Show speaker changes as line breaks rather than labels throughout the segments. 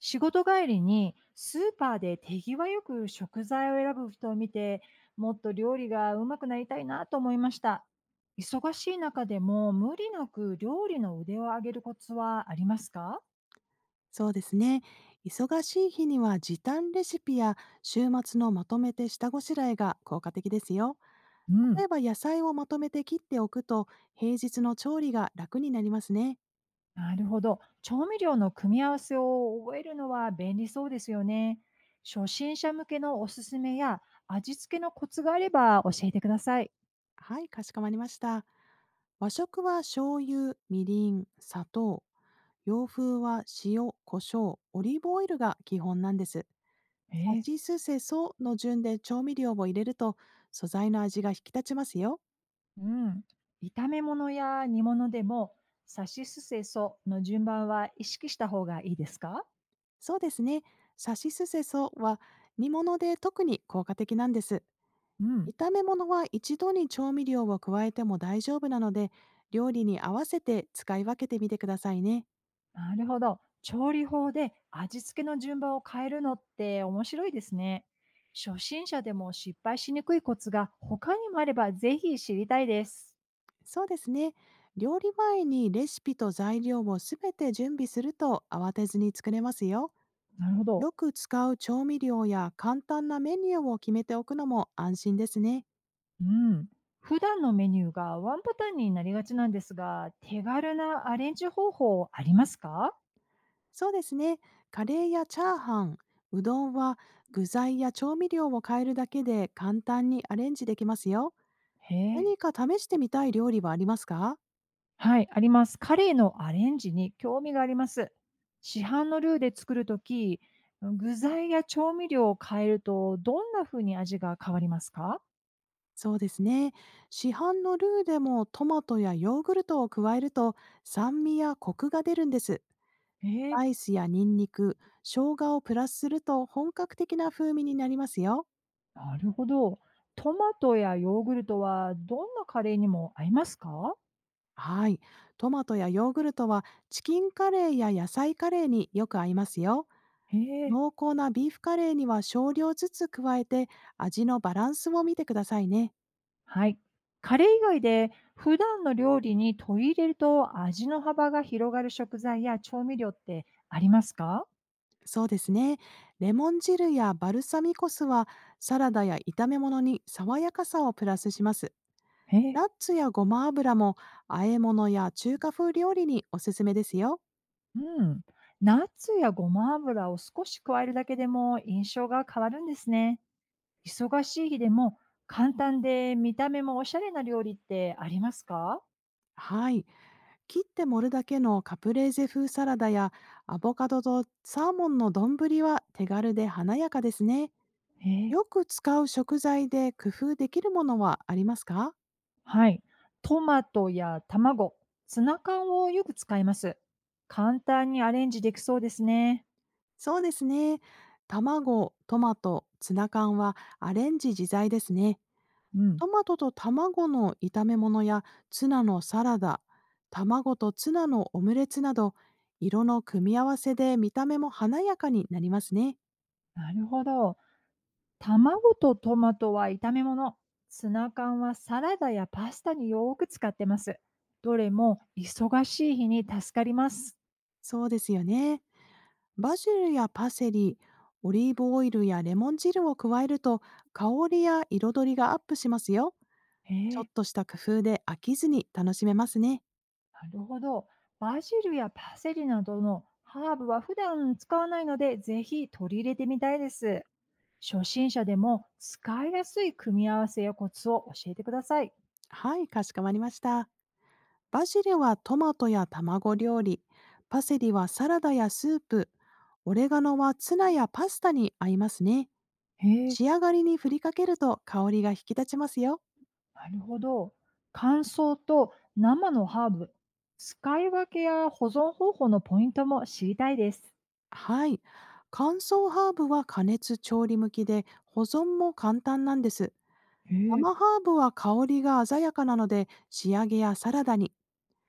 仕事帰りにスーパーで手際よく食材を選ぶ人を見て、もっと料理がうまくなりたいなと思いました。忙しい中でも無理なく料理の腕を上げるコツはありますか？
そうですね。忙しい日には時短レシピや週末のまとめて下ごしらえが効果的ですよ。
う
例
ん、
えば野菜をまとめて切っておくと平日の調理が楽になりますね。
なるほど。調味料の組み合わせを覚えるのは便利そうですよね。初心者向けのおすすめや味付けのコツがあれば教えてください。
はい、かしこまりました。和食は醤油、みりん、砂糖。洋風は塩、胡椒、オリーブオイルが基本なんです。
え
さ
ー
しすせその順で調味料を入れると素材の味が引き立ちますよ。
うん。炒め物や煮物でも、さしすせその順番は意識した方がいいですか？
そうですね。さしすせそは煮物で特に効果的なんです。
うん。
炒め物は一度に調味料を加えても大丈夫なので、料理に合わせて使い分けてみてくださいね。
なるほど。調理法で味付けの順番を変えるのって面白いですね。初心者でも失敗しにくいコツが他にもあればぜひ知りたいです。
そうですね。料理前にレシピと材料をすべて準備すると慌てずに作れますよ。
なるほど。
よく使う調味料や簡単なメニューを決めておくのも安心ですね。
うん。普段のメニューがワンパターンになりがちなんですが、手軽なアレンジ方法ありますか？
そうですね。カレーやチャーハン、うどんは具材や調味料を変えるだけで簡単にアレンジできますよ。
へえ。
何か試してみたい料理はありますか？
はい、あります。カレーのアレンジに興味があります。市販のルーで作るとき、具材や調味料を変えると、どんな風に味が変わりますか？
そうですね。市販のルーでもトマトやヨーグルトを加えると酸味やコクが出るんです。
え
ス
ー
パイスやニンニク、生姜をプラスすると本格的な風味になりますよ。
なるほど。トマトやヨーグルトはどんなカレーにも合いますか？
はい。トマトやヨーグルトはチキンカレーや野菜カレーによく合いますよ。
へえ、
濃厚なビーフカレーには少量ずつ加えて、味のバランスを見てくださいね。
はい。カレー以外で普段の料理に取り入れると味の幅が広がる食材や調味料ってありますか？
そうですね。レモン汁やバルサミコ酢はサラダや炒め物に爽やかさをプラスします。
へえ。
ナッツやごま油も和え物や中華風料理におすすめですよ。
うん。ナッツやごま油を少し加えるだけでも印象が変わるんですね。忙しい日でも簡単で見た目もおしゃれな料理ってありますか？
はい。切って盛るだけのカプレーゼ風サラダやアボカドとサーモンの丼は手軽で華やかですね。
えー、
よく使う食材で工夫できるものはありますか？
はい。トマトや卵、ツナ缶をよく使います。簡単にアレンジできそうですね。
そうですね。卵、トマト、ツナ缶はアレンジ自在ですね。
うん。
トマトと卵の炒め物やツナのサラダ、卵とツナのオムレツなど、色の組み合わせで見た目も華やかになりますね。
なるほど。卵とトマトは炒め物。ツナ缶はサラダやパスタによく使ってます。どれも忙しい日に助かります。
そうですよね。バジルやパセリ、オリーブオイルやレモン汁を加えると香りや彩りがアップしますよ。
へ
ちょっ
え、
とした工夫で飽きずに楽しめますね。
なるほど。バジルやパセリなどのハーブは普段使わないので、ぜひ取り入れてみたいです。初心者でも使いやすい組み合わせやコツを教えてください。
はい、かしこまりました。バジルはトマトや卵料理、パセリはサラダやスープ、オレガノはツナやパスタに合いますね。
へえ、
仕上がりに振りかけると香りが引き立ちますよ。
なるほど。乾燥と生のハーブ、使い分けや保存方法のポイントも知りたいです。
はい。乾燥ハーブは加熱調理向きで保存も簡単なんです。
へえ、
生ハーブは香りが鮮やかなので仕上げやサラダに。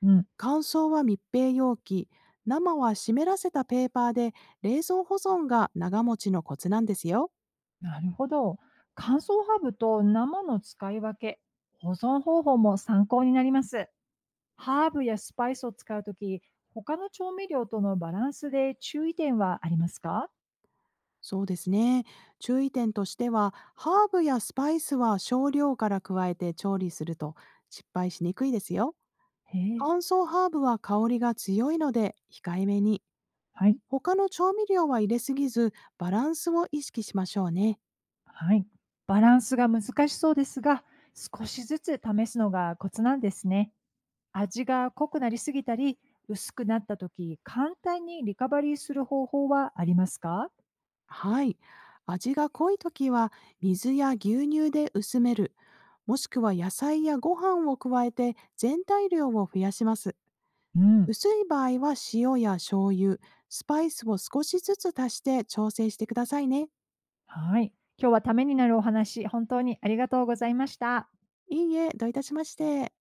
うん、
乾燥は密閉容器、生は湿らせたペーパーで冷蔵保存が長持ちのコツなんですよ。
なるほど。乾燥ハーブと生の使い分け、保存方法も参考になります。ハーブやスパイスを使うとき、他の調味料とのバランスで注意点はありますか？
そうですね。注意点としては、ハーブやスパイスは少量から加えて調理すると失敗しにくいですよ。
へえ、
乾燥ハーブは香りが強いので控えめに。
はい、
他の調味料は入れすぎず、バランスを意識しましょうね。
はい。バランスが難しそうですが、少しずつ試すのがコツなんですね。味が濃くなりすぎたり、薄くなったとき、簡単にリカバリーする方法はありますか？
はい。味が濃い時は水や牛乳で薄める。もしくは野菜やご飯を加えて全体量を増やします。
うん、
薄い場合は塩や醤油、スパイスを少しずつ足して調整してくださいね。
はい。今日はためになるお話、本当にありがとうございました。
いいえ、どういたしまして。